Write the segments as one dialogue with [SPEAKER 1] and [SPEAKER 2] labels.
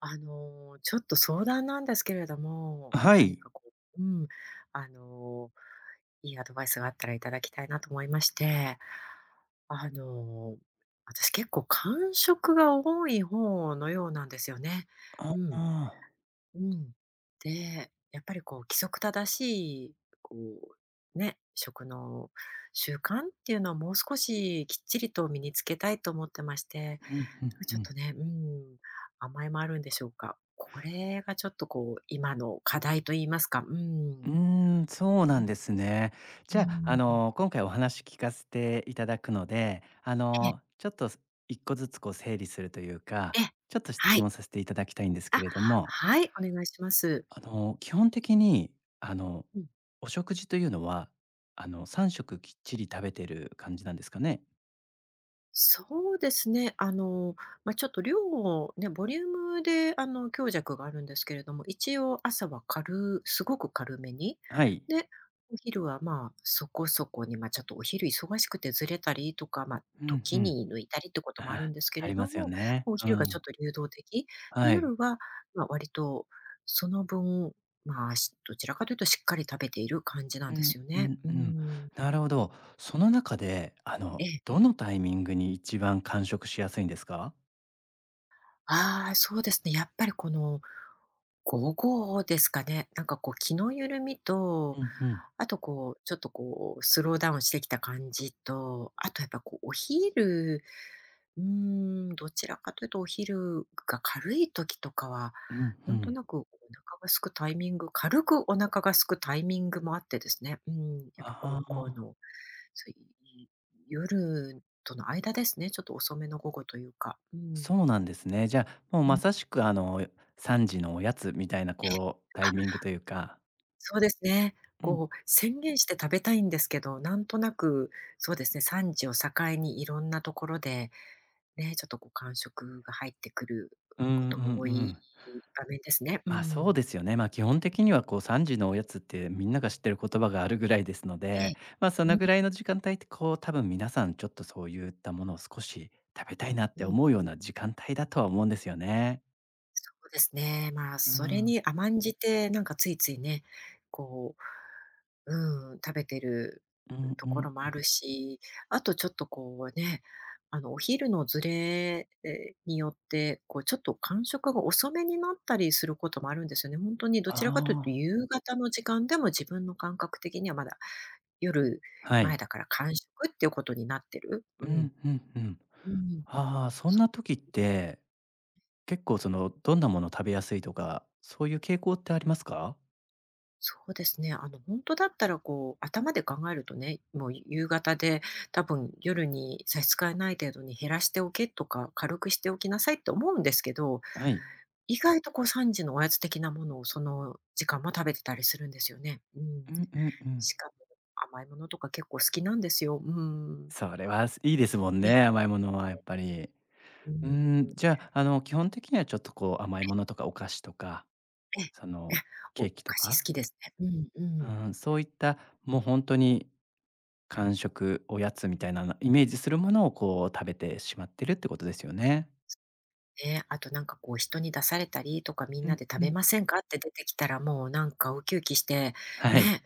[SPEAKER 1] ちょっと相談なんですけれども、
[SPEAKER 2] は
[SPEAKER 1] 何
[SPEAKER 2] い。
[SPEAKER 1] かこう、うん、あの、いいアドバイスがあったらいただきたいなと思いまして、あの、私結構感食が多い方のようなんですよね。
[SPEAKER 2] あ
[SPEAKER 1] うん。
[SPEAKER 2] あ、
[SPEAKER 1] うん。で、やっぱりこう規則正しい、こ食の習慣っていうのはもう少しきっちりと身につけたいと思ってまして、
[SPEAKER 2] ふんふんふ
[SPEAKER 1] ちょっ
[SPEAKER 2] ん。
[SPEAKER 1] とね、うん、甘えもあるんでしょうか。これがちょっとこう今の課題といいますか、う
[SPEAKER 2] う
[SPEAKER 1] ん。
[SPEAKER 2] ーそうなんですね。
[SPEAKER 1] う
[SPEAKER 2] じゃあ、
[SPEAKER 1] ん。
[SPEAKER 2] 今回お話聞かせていただくので、
[SPEAKER 1] ええ、
[SPEAKER 2] ちょっと一個ずつこう整理するというか、
[SPEAKER 1] ええ、
[SPEAKER 2] ちょっと質
[SPEAKER 1] はい。
[SPEAKER 2] 問させていただきたいんですけ
[SPEAKER 1] あ、
[SPEAKER 2] れども、
[SPEAKER 1] はい、お願いします。
[SPEAKER 2] 基本的に、あの、お食事というのは、3食きっちり食べてる感じなんですかね？
[SPEAKER 1] そうですね。ちょっと量をね、ボリュームで強弱があるんですけれども、一応朝はすごく軽めに。
[SPEAKER 2] はい。
[SPEAKER 1] で、お昼は、まあ、そこそこに、ま、ちょっとお昼忙しくてずれたりとか、ま、
[SPEAKER 2] うんう
[SPEAKER 1] 時
[SPEAKER 2] ん。
[SPEAKER 1] に抜いたりってこともある
[SPEAKER 2] ああ、
[SPEAKER 1] んですけ
[SPEAKER 2] あ
[SPEAKER 1] れ
[SPEAKER 2] りま
[SPEAKER 1] ど
[SPEAKER 2] すよ
[SPEAKER 1] も、
[SPEAKER 2] ね。
[SPEAKER 1] お
[SPEAKER 2] う
[SPEAKER 1] 昼がちょっ
[SPEAKER 2] ん。
[SPEAKER 1] と流動的。で、
[SPEAKER 2] はい。
[SPEAKER 1] 夜は、割とその分、まあ、どちらかというとしっかり食べている感じな
[SPEAKER 2] う
[SPEAKER 1] んで
[SPEAKER 2] ん
[SPEAKER 1] すよ
[SPEAKER 2] う
[SPEAKER 1] ね。
[SPEAKER 2] ん
[SPEAKER 1] う
[SPEAKER 2] うん。
[SPEAKER 1] ん。
[SPEAKER 2] なるほど。その中で、
[SPEAKER 1] ええ。
[SPEAKER 2] どのタイミングに一番完食しやすいんですか？
[SPEAKER 1] ああ、そうですね。やっぱり午後ですかね。なんか気の緩みと、
[SPEAKER 2] うんうん。
[SPEAKER 1] あとこうちょっとこうスローダウンしてきた感じと、あとやっぱこうお昼、うーどちらかというとお昼が軽い時とかは、
[SPEAKER 2] うんう
[SPEAKER 1] なんと
[SPEAKER 2] ん。
[SPEAKER 1] なくお腹が空くタイミング、軽くお腹が空くタイミングもあってですね。うん、やっぱ
[SPEAKER 2] あ
[SPEAKER 1] 午後
[SPEAKER 2] あ、
[SPEAKER 1] の、そうい夜との間ですね。ちょっと遅めの午後というか。うん。
[SPEAKER 2] そうなんですね。じゃあ、もう
[SPEAKER 1] う
[SPEAKER 2] ま
[SPEAKER 1] ん。
[SPEAKER 2] さしく、3時のおやつみたいな、
[SPEAKER 1] え
[SPEAKER 2] こう、タイミングというか。
[SPEAKER 1] そうですね。
[SPEAKER 2] うん。
[SPEAKER 1] こう、宣言して食べたいんですけど、なんとなく、そうですね、産地を境にいろんなところで、ね、ちょっと間食が入ってくる
[SPEAKER 2] うんうん
[SPEAKER 1] ことが多
[SPEAKER 2] う
[SPEAKER 1] い
[SPEAKER 2] ん。
[SPEAKER 1] 場面ですね。う
[SPEAKER 2] まあ、そう
[SPEAKER 1] ん。
[SPEAKER 2] ですよね。まあ、基本的にはこう3時のおやつってみんなが知ってる言葉があるぐらいですの
[SPEAKER 1] ええ。
[SPEAKER 2] で、まあ、その
[SPEAKER 1] うん、
[SPEAKER 2] ぐらいの時間帯ってこう多分皆さんちょっとそういったものを少し食べたいなっ
[SPEAKER 1] う
[SPEAKER 2] て
[SPEAKER 1] ん。
[SPEAKER 2] 思うような時間帯だとは思うんですよね。
[SPEAKER 1] そうですね。まあ、
[SPEAKER 2] う
[SPEAKER 1] それ
[SPEAKER 2] ん。
[SPEAKER 1] に甘んじて、なんかついついね、こう、うん、食べてる
[SPEAKER 2] うん
[SPEAKER 1] と
[SPEAKER 2] う
[SPEAKER 1] ころもあ
[SPEAKER 2] ん。
[SPEAKER 1] るし、あとちょっとこうね、あの、お昼のずれえによって、こう、ちょっと間食が遅めになったりすることもあるんですよね。本当にどちらかという
[SPEAKER 2] あ
[SPEAKER 1] と、
[SPEAKER 2] あ、
[SPEAKER 1] 夕方の時間でも自分の感覚的にはまだ夜
[SPEAKER 2] は
[SPEAKER 1] 前
[SPEAKER 2] い。
[SPEAKER 1] だから間食っていうことになってる。
[SPEAKER 2] う
[SPEAKER 1] うん。
[SPEAKER 2] んうんうん。
[SPEAKER 1] うん。
[SPEAKER 2] ああ、そん
[SPEAKER 1] そう。
[SPEAKER 2] な時って結構そのどんなもの食べやすいとか、そういう傾向ってありますか？
[SPEAKER 1] そうですね。あの、本当だったら、こう、頭で考えるとね、もう夕方で多分夜に差し支えない程度に減らしておけとか、軽くしておきなさいって思うんですけど、
[SPEAKER 2] はい。
[SPEAKER 1] 意外とこう3時のおやつ的なものをその時間も食べてたりするんですよね。う
[SPEAKER 2] う
[SPEAKER 1] ん。
[SPEAKER 2] んうんうん。
[SPEAKER 1] しかも甘いものとか結構好きなんですよ。うん。
[SPEAKER 2] それは、いいですもん
[SPEAKER 1] え、
[SPEAKER 2] ね、甘いものはやっぱり。
[SPEAKER 1] う
[SPEAKER 2] う
[SPEAKER 1] ん、
[SPEAKER 2] ーじゃあ、基本的にはちょっとこう甘いものとかお菓子とか、
[SPEAKER 1] え
[SPEAKER 2] そ
[SPEAKER 1] え、
[SPEAKER 2] の
[SPEAKER 1] え、お
[SPEAKER 2] ケ
[SPEAKER 1] お
[SPEAKER 2] ーキと
[SPEAKER 1] 菓子好
[SPEAKER 2] か、
[SPEAKER 1] きですね。うんうん。
[SPEAKER 2] そういったもう本当に間食、おやつみたいなのイメージするものをこう食べてしまってるってことですよね。
[SPEAKER 1] ね、あと人に出されたりとか、みん
[SPEAKER 2] う
[SPEAKER 1] な
[SPEAKER 2] ん
[SPEAKER 1] で食
[SPEAKER 2] う
[SPEAKER 1] べ
[SPEAKER 2] ん。
[SPEAKER 1] ませんかって出てきたら、もうなんかウキウキして、
[SPEAKER 2] はい。
[SPEAKER 1] ね、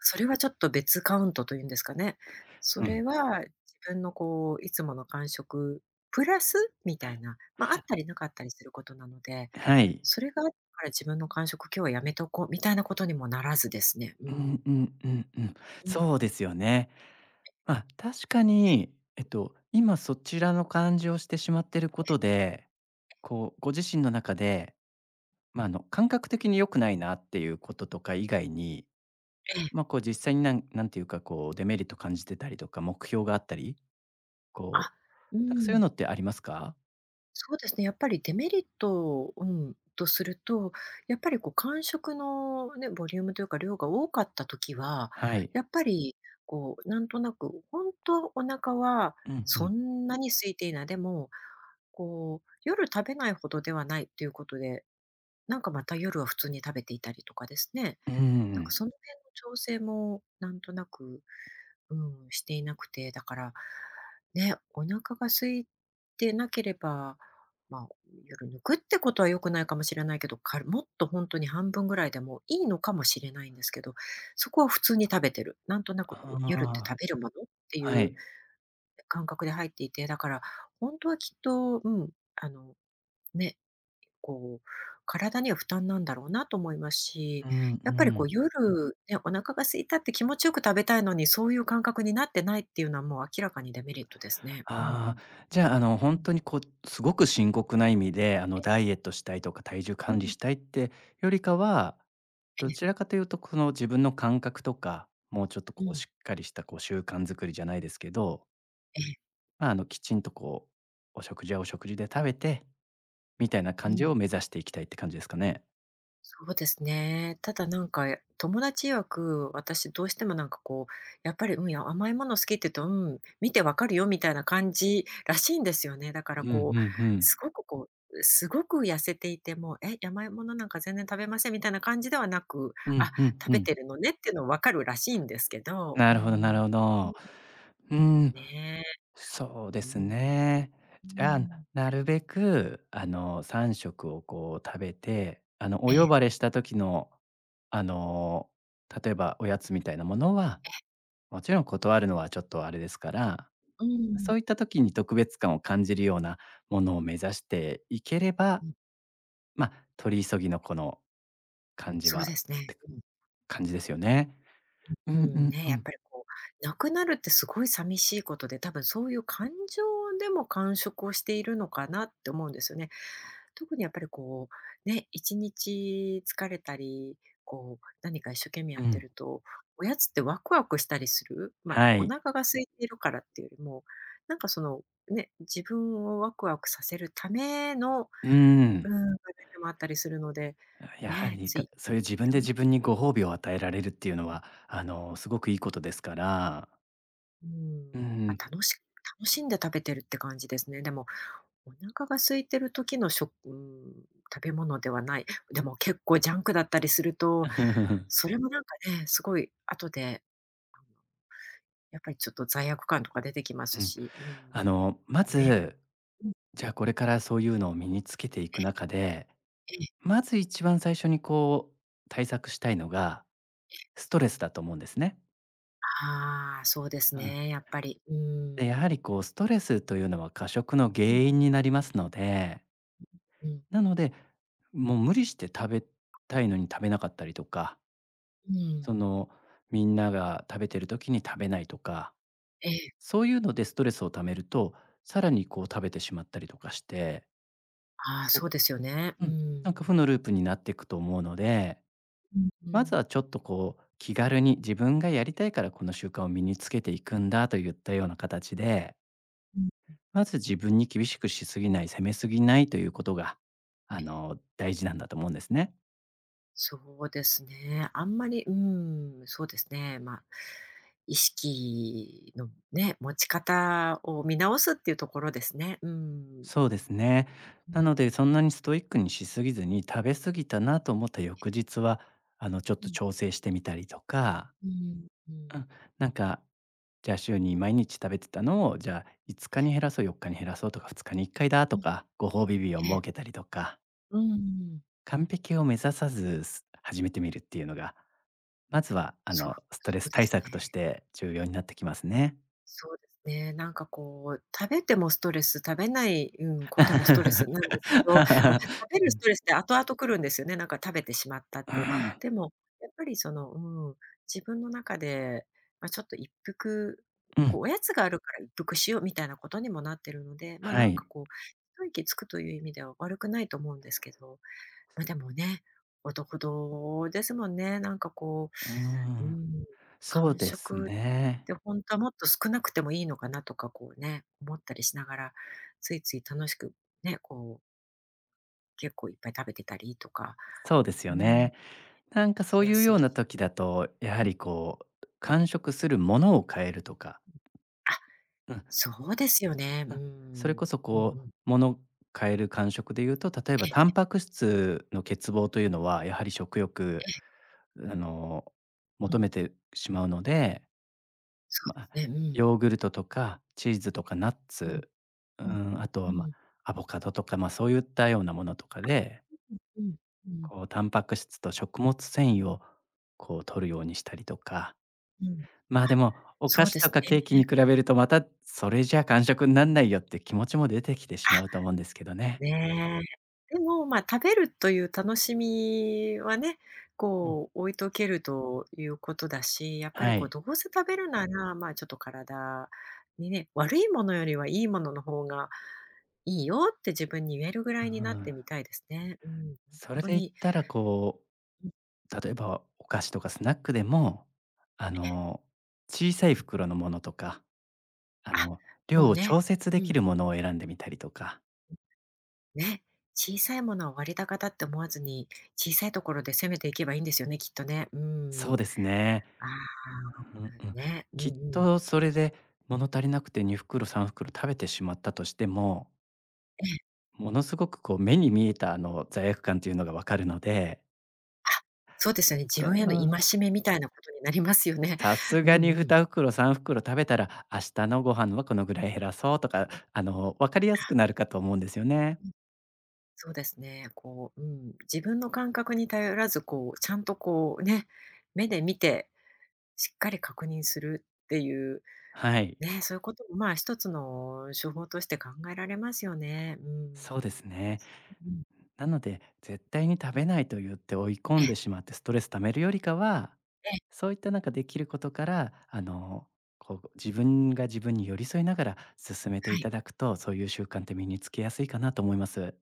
[SPEAKER 1] それはちょっと別カウントというんですかね。そ
[SPEAKER 2] う
[SPEAKER 1] れ
[SPEAKER 2] ん。
[SPEAKER 1] は自分のこういつもの感食プラスみたいな、まあ、あったりなかったりすることなので、
[SPEAKER 2] はい。
[SPEAKER 1] それがあったから自分の感食今日はやめとこうみたいなことにもならずですね。う
[SPEAKER 2] うん
[SPEAKER 1] ん。
[SPEAKER 2] うんうんうん。
[SPEAKER 1] うん、
[SPEAKER 2] そうですよね。まあ、確かに、今そちらの感じをしてしまってることで、こうご自身の中で、まあ、感覚的に良くないなっていうこととか以外に
[SPEAKER 1] ええ。
[SPEAKER 2] まあ、こう実際になんなんていうか、こうデメリット感じてたりとか、目標があったり、こ
[SPEAKER 1] あ、
[SPEAKER 2] う、
[SPEAKER 1] う
[SPEAKER 2] なんかそういう
[SPEAKER 1] ん。
[SPEAKER 2] のってありますか？
[SPEAKER 1] そうですね、やっぱりデメリットとすると、やっぱりこう間食のね、ボリュームというか量が多かった時は、
[SPEAKER 2] はい。
[SPEAKER 1] やっぱりなんとなく、本当はお腹は
[SPEAKER 2] うんう
[SPEAKER 1] そ
[SPEAKER 2] ん。
[SPEAKER 1] んなに空いていない、でも、こう夜食べないほどではないということで、なんかまた夜は普通に食べていたりとかですね、
[SPEAKER 2] う
[SPEAKER 1] なんか
[SPEAKER 2] ん。
[SPEAKER 1] その辺の調整もなんとなくうしていなくて、だから、ね、お腹が空いてなければ、まあ、夜抜くってことは良くないかもしれないけど、かもっと本当に半分ぐらいでもいいのかもしれないんですけど、そこは普通に食べてる。なんとなくこう、夜って
[SPEAKER 2] ああ、
[SPEAKER 1] 食べるものってい
[SPEAKER 2] は
[SPEAKER 1] う
[SPEAKER 2] い。
[SPEAKER 1] 感覚で入っていて、だから、本当はきっと、あの、ね、こう、体には負担なんだろうなと思います
[SPEAKER 2] う
[SPEAKER 1] し、
[SPEAKER 2] ん
[SPEAKER 1] やっぱり
[SPEAKER 2] う
[SPEAKER 1] こ
[SPEAKER 2] ん。
[SPEAKER 1] う夜ね、お腹が空いたって気持ちよく食べたいのに、そういう感覚になってないっていうのはもう明らかにデメリットですね。う
[SPEAKER 2] ああ、
[SPEAKER 1] ん。
[SPEAKER 2] じゃあ、
[SPEAKER 1] う
[SPEAKER 2] 本
[SPEAKER 1] ん。
[SPEAKER 2] 当にこう、すごく深刻な意味で、ダイエットしたいとか、体重
[SPEAKER 1] う
[SPEAKER 2] 管理
[SPEAKER 1] ん。
[SPEAKER 2] したいってよりかは、
[SPEAKER 1] え
[SPEAKER 2] ど
[SPEAKER 1] え、
[SPEAKER 2] ちらかというと、この自分の感覚とか、もうちょっと
[SPEAKER 1] う
[SPEAKER 2] こう
[SPEAKER 1] ん。
[SPEAKER 2] しっかりしたこう習慣作りじゃないですけど、
[SPEAKER 1] ええ、
[SPEAKER 2] まあ、きちんとこう、お食事はお食事で食べてみたいな
[SPEAKER 1] う
[SPEAKER 2] 感じを
[SPEAKER 1] ん。
[SPEAKER 2] 目指していきたいって感じですかね？
[SPEAKER 1] そうですね。ただなんか、友達曰く、私どうしてもやっぱり、うん、いや甘いもの好きって言うと、うん、見てわかるよみたいな感じらしいんですよね。だか
[SPEAKER 2] う
[SPEAKER 1] ら
[SPEAKER 2] んう
[SPEAKER 1] こう、
[SPEAKER 2] んうん。
[SPEAKER 1] すごく痩せていても、え、甘いものなんか全然食べませんみたいな感じではなく、
[SPEAKER 2] う
[SPEAKER 1] あ、
[SPEAKER 2] んうんう
[SPEAKER 1] 食べ
[SPEAKER 2] ん。
[SPEAKER 1] てるのねっていうのわかるらしいんですけど、
[SPEAKER 2] な
[SPEAKER 1] う
[SPEAKER 2] るほどなる
[SPEAKER 1] ん。
[SPEAKER 2] ほど。うーん、
[SPEAKER 1] ねえ、
[SPEAKER 2] そうで
[SPEAKER 1] う
[SPEAKER 2] す
[SPEAKER 1] ん。
[SPEAKER 2] ね。
[SPEAKER 1] う
[SPEAKER 2] じゃあ、
[SPEAKER 1] ん。
[SPEAKER 2] なるべく、3食をこう食べて、お
[SPEAKER 1] え
[SPEAKER 2] 呼
[SPEAKER 1] え、
[SPEAKER 2] ばれした時の、あの、例えばおやつみたいなものは、もちろん断るのはちょっとあれですから、
[SPEAKER 1] うんうん
[SPEAKER 2] そういった時に特別感を感じるようなものを目指していければ、まあ、取り急ぎのこの感じ
[SPEAKER 1] そう
[SPEAKER 2] は
[SPEAKER 1] ですね。
[SPEAKER 2] 感じですよね。うんうんう
[SPEAKER 1] やっ
[SPEAKER 2] ん。
[SPEAKER 1] ぱりこう、亡くなるってすごい寂しいことで、多分そういう感情でも感触をしているのかなって思うんですよね。特にやっぱりこう、ね、1日疲れたり、こう、何か一生懸命
[SPEAKER 2] う
[SPEAKER 1] やって
[SPEAKER 2] ん。
[SPEAKER 1] ると、おやつってワクワクしたりする、まあ、
[SPEAKER 2] は
[SPEAKER 1] お
[SPEAKER 2] い。
[SPEAKER 1] 腹が空いているからっていうよりも、なんかその、ね、自分をワクワクさせるための、
[SPEAKER 2] うー
[SPEAKER 1] うん、
[SPEAKER 2] ん。
[SPEAKER 1] 場面でもあったりするので、
[SPEAKER 2] やは
[SPEAKER 1] ね、
[SPEAKER 2] り、
[SPEAKER 1] つ
[SPEAKER 2] か
[SPEAKER 1] い、
[SPEAKER 2] そういう自
[SPEAKER 1] い
[SPEAKER 2] 分で
[SPEAKER 1] ろんな
[SPEAKER 2] 自分にご褒美を与えられるっていうのは、すごくいいことですから。
[SPEAKER 1] う
[SPEAKER 2] う
[SPEAKER 1] ん、ま、
[SPEAKER 2] ん。
[SPEAKER 1] あ楽し楽しんで食べてるって感じですね。でも、お腹が空いてる時の食うん、食べ物ではない。でも結構ジャンクだったりすると、それもなんかね、すごい後で、あの、やっぱりちょっと罪悪感とか出てきま
[SPEAKER 2] う
[SPEAKER 1] す
[SPEAKER 2] ん。
[SPEAKER 1] し、うん、
[SPEAKER 2] ま
[SPEAKER 1] ね、
[SPEAKER 2] ず、
[SPEAKER 1] うん、
[SPEAKER 2] じゃあこれからそういうのを身につけていく中で、
[SPEAKER 1] ええ、
[SPEAKER 2] まず一番最初にこう対策したいのが、ストレスだと思うんですね。
[SPEAKER 1] ああ、そうです
[SPEAKER 2] うん。
[SPEAKER 1] ね、やっぱり。う
[SPEAKER 2] で、やは
[SPEAKER 1] ん。
[SPEAKER 2] りこうストレスというのは過食の原
[SPEAKER 1] うん、
[SPEAKER 2] 因になりますので
[SPEAKER 1] うん、
[SPEAKER 2] なので、もう無理して食べたいのに食べなかったりとか、
[SPEAKER 1] うん。
[SPEAKER 2] その、みんなが食べてる時に食べないとか、
[SPEAKER 1] ええ、
[SPEAKER 2] そういうのでストレスを溜めると、さらにこう食べてしまったりとかして、
[SPEAKER 1] ああ、そ
[SPEAKER 2] こ
[SPEAKER 1] うですよね。
[SPEAKER 2] う
[SPEAKER 1] う
[SPEAKER 2] うん、なんか負
[SPEAKER 1] ん。
[SPEAKER 2] のループになっていくと思うので、
[SPEAKER 1] うん、う
[SPEAKER 2] まずは
[SPEAKER 1] ん。
[SPEAKER 2] ちょっとこう気軽に自分がやりたいからこの習慣を身につけていくんだといったような形で、まず自分に厳しくしすぎない、責めすぎないということが、大事なんだと思うんですね。
[SPEAKER 1] そうですね。あんまり、うん、そうですね。まあ、意識のね、持ち方を見直すっていうところですね。うん。
[SPEAKER 2] そうですね。
[SPEAKER 1] う
[SPEAKER 2] な
[SPEAKER 1] ん。
[SPEAKER 2] ので、そんなにストイックにしすぎずに、食べ過ぎたなと思った翌日は、ちょっ
[SPEAKER 1] う
[SPEAKER 2] と
[SPEAKER 1] ん。
[SPEAKER 2] 調整してみたりとか、
[SPEAKER 1] うん。う
[SPEAKER 2] う
[SPEAKER 1] ん。
[SPEAKER 2] ん、なんか、じゃあ週に毎日食べてたのを、じゃあ5日に減らそう、4日に減らそうとか、2日に1回だと
[SPEAKER 1] うん。
[SPEAKER 2] か、ご褒美日を
[SPEAKER 1] ええ。
[SPEAKER 2] 設けたりとか、
[SPEAKER 1] うん。
[SPEAKER 2] 完璧を目指さずす始めてみるっていうのが、まずは、
[SPEAKER 1] そう、
[SPEAKER 2] スト
[SPEAKER 1] そ
[SPEAKER 2] レ
[SPEAKER 1] う
[SPEAKER 2] ス
[SPEAKER 1] で
[SPEAKER 2] 対
[SPEAKER 1] す
[SPEAKER 2] 策とし
[SPEAKER 1] ね。
[SPEAKER 2] て重要になってきますね。
[SPEAKER 1] そうですね。食べてもストレス、食べないこともストレスなんですけど、まあ、食 べるストレスって後々来るんですよね。なんか食べてしまったっ
[SPEAKER 2] うん、う
[SPEAKER 1] ていう。
[SPEAKER 2] ん、
[SPEAKER 1] でも、やっぱりその、うん、自分の中で、まあ、ちょっと一服、こうおやつがあるから一服しようみたいなことにもなってるので、
[SPEAKER 2] はい。
[SPEAKER 1] 一息つくという意味では悪くないと思うんですけど。ま、でもね、男同ですもんね。
[SPEAKER 2] う
[SPEAKER 1] う、う
[SPEAKER 2] ん。
[SPEAKER 1] ん、
[SPEAKER 2] そう
[SPEAKER 1] 間
[SPEAKER 2] です
[SPEAKER 1] 食っ
[SPEAKER 2] ね。
[SPEAKER 1] て本当はもっと少なくてもいいのかなとか、こうね、思ったりしながら、ついつい楽しくね、こう、結構いっぱい食べてたりとか、
[SPEAKER 2] そうです
[SPEAKER 1] う
[SPEAKER 2] よ
[SPEAKER 1] ん、
[SPEAKER 2] ね。なんかそ
[SPEAKER 1] し
[SPEAKER 2] う
[SPEAKER 1] や
[SPEAKER 2] いう
[SPEAKER 1] す
[SPEAKER 2] よう
[SPEAKER 1] い
[SPEAKER 2] な
[SPEAKER 1] し。
[SPEAKER 2] 時だと、やはりこう、間食するものを変えるとか、
[SPEAKER 1] あ、
[SPEAKER 2] うん
[SPEAKER 1] そうですよね。う
[SPEAKER 2] うん、それ
[SPEAKER 1] ん。
[SPEAKER 2] こそ
[SPEAKER 1] うん
[SPEAKER 2] こ
[SPEAKER 1] うん。
[SPEAKER 2] う、ものを変える感食で言うと、例えば
[SPEAKER 1] え
[SPEAKER 2] タン
[SPEAKER 1] え、
[SPEAKER 2] パク質の欠乏というのは、やはり食欲、あの、
[SPEAKER 1] う
[SPEAKER 2] 求
[SPEAKER 1] ん、
[SPEAKER 2] めてしまうので、
[SPEAKER 1] そ
[SPEAKER 2] まあ、
[SPEAKER 1] うですね。うん。
[SPEAKER 2] ヨーグルトとかチーズとかナッ
[SPEAKER 1] うん、
[SPEAKER 2] ツ、う
[SPEAKER 1] うん。
[SPEAKER 2] ん、あと
[SPEAKER 1] う
[SPEAKER 2] は、ま
[SPEAKER 1] ん、
[SPEAKER 2] あ、アボカドとか、まあ、そういったようなものとかで
[SPEAKER 1] うん、うん、
[SPEAKER 2] こう、タンパク質と食物繊維を、こう、取るようにしたりとか、
[SPEAKER 1] うん。
[SPEAKER 2] まあ、でも、お
[SPEAKER 1] そ
[SPEAKER 2] 菓
[SPEAKER 1] う
[SPEAKER 2] 子
[SPEAKER 1] で
[SPEAKER 2] と
[SPEAKER 1] すね。
[SPEAKER 2] かケーキに比べると、また、それじゃ完食になんないよって気持ちも出てきてしまうと
[SPEAKER 1] あ
[SPEAKER 2] 思うんですけどね。
[SPEAKER 1] ねえ。でも、まあ、食べるという楽しみはね、
[SPEAKER 2] うん、
[SPEAKER 1] こう置いとけるということだし、やっぱり
[SPEAKER 2] は
[SPEAKER 1] こう
[SPEAKER 2] い。
[SPEAKER 1] どうせ食べるなら、まあ、ちょっと体にね、悪いものよりはいいものの方がいいよって自分に言えるぐ
[SPEAKER 2] う
[SPEAKER 1] らいに
[SPEAKER 2] ん
[SPEAKER 1] な
[SPEAKER 2] う
[SPEAKER 1] って
[SPEAKER 2] ん。
[SPEAKER 1] みたいですね。うん、本
[SPEAKER 2] それ
[SPEAKER 1] 当
[SPEAKER 2] で言っ
[SPEAKER 1] に。
[SPEAKER 2] たら、こう、例えばお菓子とかスナックでも、あの、小さい袋のものとか、あ
[SPEAKER 1] あ、
[SPEAKER 2] の、
[SPEAKER 1] も
[SPEAKER 2] 量
[SPEAKER 1] う
[SPEAKER 2] を
[SPEAKER 1] ね、
[SPEAKER 2] 調節
[SPEAKER 1] う
[SPEAKER 2] でき
[SPEAKER 1] ん、
[SPEAKER 2] るものを選んでみたりとか。
[SPEAKER 1] ね、小さいものは割高だって思わずに、小さいところで攻めていけばいいんですよね、きっとね。う
[SPEAKER 2] そう
[SPEAKER 1] ん。
[SPEAKER 2] ですね。
[SPEAKER 1] あ
[SPEAKER 2] うんう
[SPEAKER 1] あ、
[SPEAKER 2] ん。
[SPEAKER 1] ね、うん
[SPEAKER 2] きっ
[SPEAKER 1] う
[SPEAKER 2] と
[SPEAKER 1] ん。
[SPEAKER 2] それで物足りなくて2袋3袋食べてしまったとしても、
[SPEAKER 1] え。
[SPEAKER 2] ものすごくこう目に見えたあの罪悪感というのがわかるので、
[SPEAKER 1] あ、そうですよね。自分への
[SPEAKER 2] か
[SPEAKER 1] 戒めみたいなことになりますよね。
[SPEAKER 2] さす
[SPEAKER 1] うん
[SPEAKER 2] が
[SPEAKER 1] う
[SPEAKER 2] に2
[SPEAKER 1] ん。
[SPEAKER 2] 袋3袋食べたら、明日のご飯はこのぐらい減らそうとか、わかりやすく
[SPEAKER 1] あ、
[SPEAKER 2] なるかと思うんですよね。
[SPEAKER 1] うん、そうですね。自分の感覚に頼らず、ちゃんと目で見て、しっかり確認するっていう、
[SPEAKER 2] はい、
[SPEAKER 1] ね、そういうこともまあ一つの手法として考えられますよね。う
[SPEAKER 2] そうです
[SPEAKER 1] ん。
[SPEAKER 2] ね。
[SPEAKER 1] うん、
[SPEAKER 2] なので、絶対に食
[SPEAKER 1] うん。
[SPEAKER 2] べないと言って追い込
[SPEAKER 1] え
[SPEAKER 2] ん
[SPEAKER 1] え、
[SPEAKER 2] でしまってストレス溜めるよりかは、
[SPEAKER 1] ええ、
[SPEAKER 2] そういったなんかできることから、こう自分が自分に寄り添いながら進めて
[SPEAKER 1] は
[SPEAKER 2] いた
[SPEAKER 1] い。
[SPEAKER 2] だくと、そういう習慣って身につけやすいかなと思います。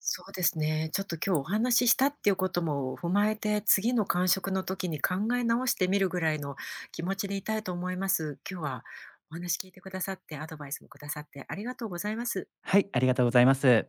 [SPEAKER 1] そうですね。ちょっと今日お話ししたっていうことも踏まえて、次の感触の時に考え直してみるぐらいの気持ちでいたいと思います。今日はお話聞いてくださって、アドバイスもくださってありがとうございます。
[SPEAKER 2] はい、ありがとうございます。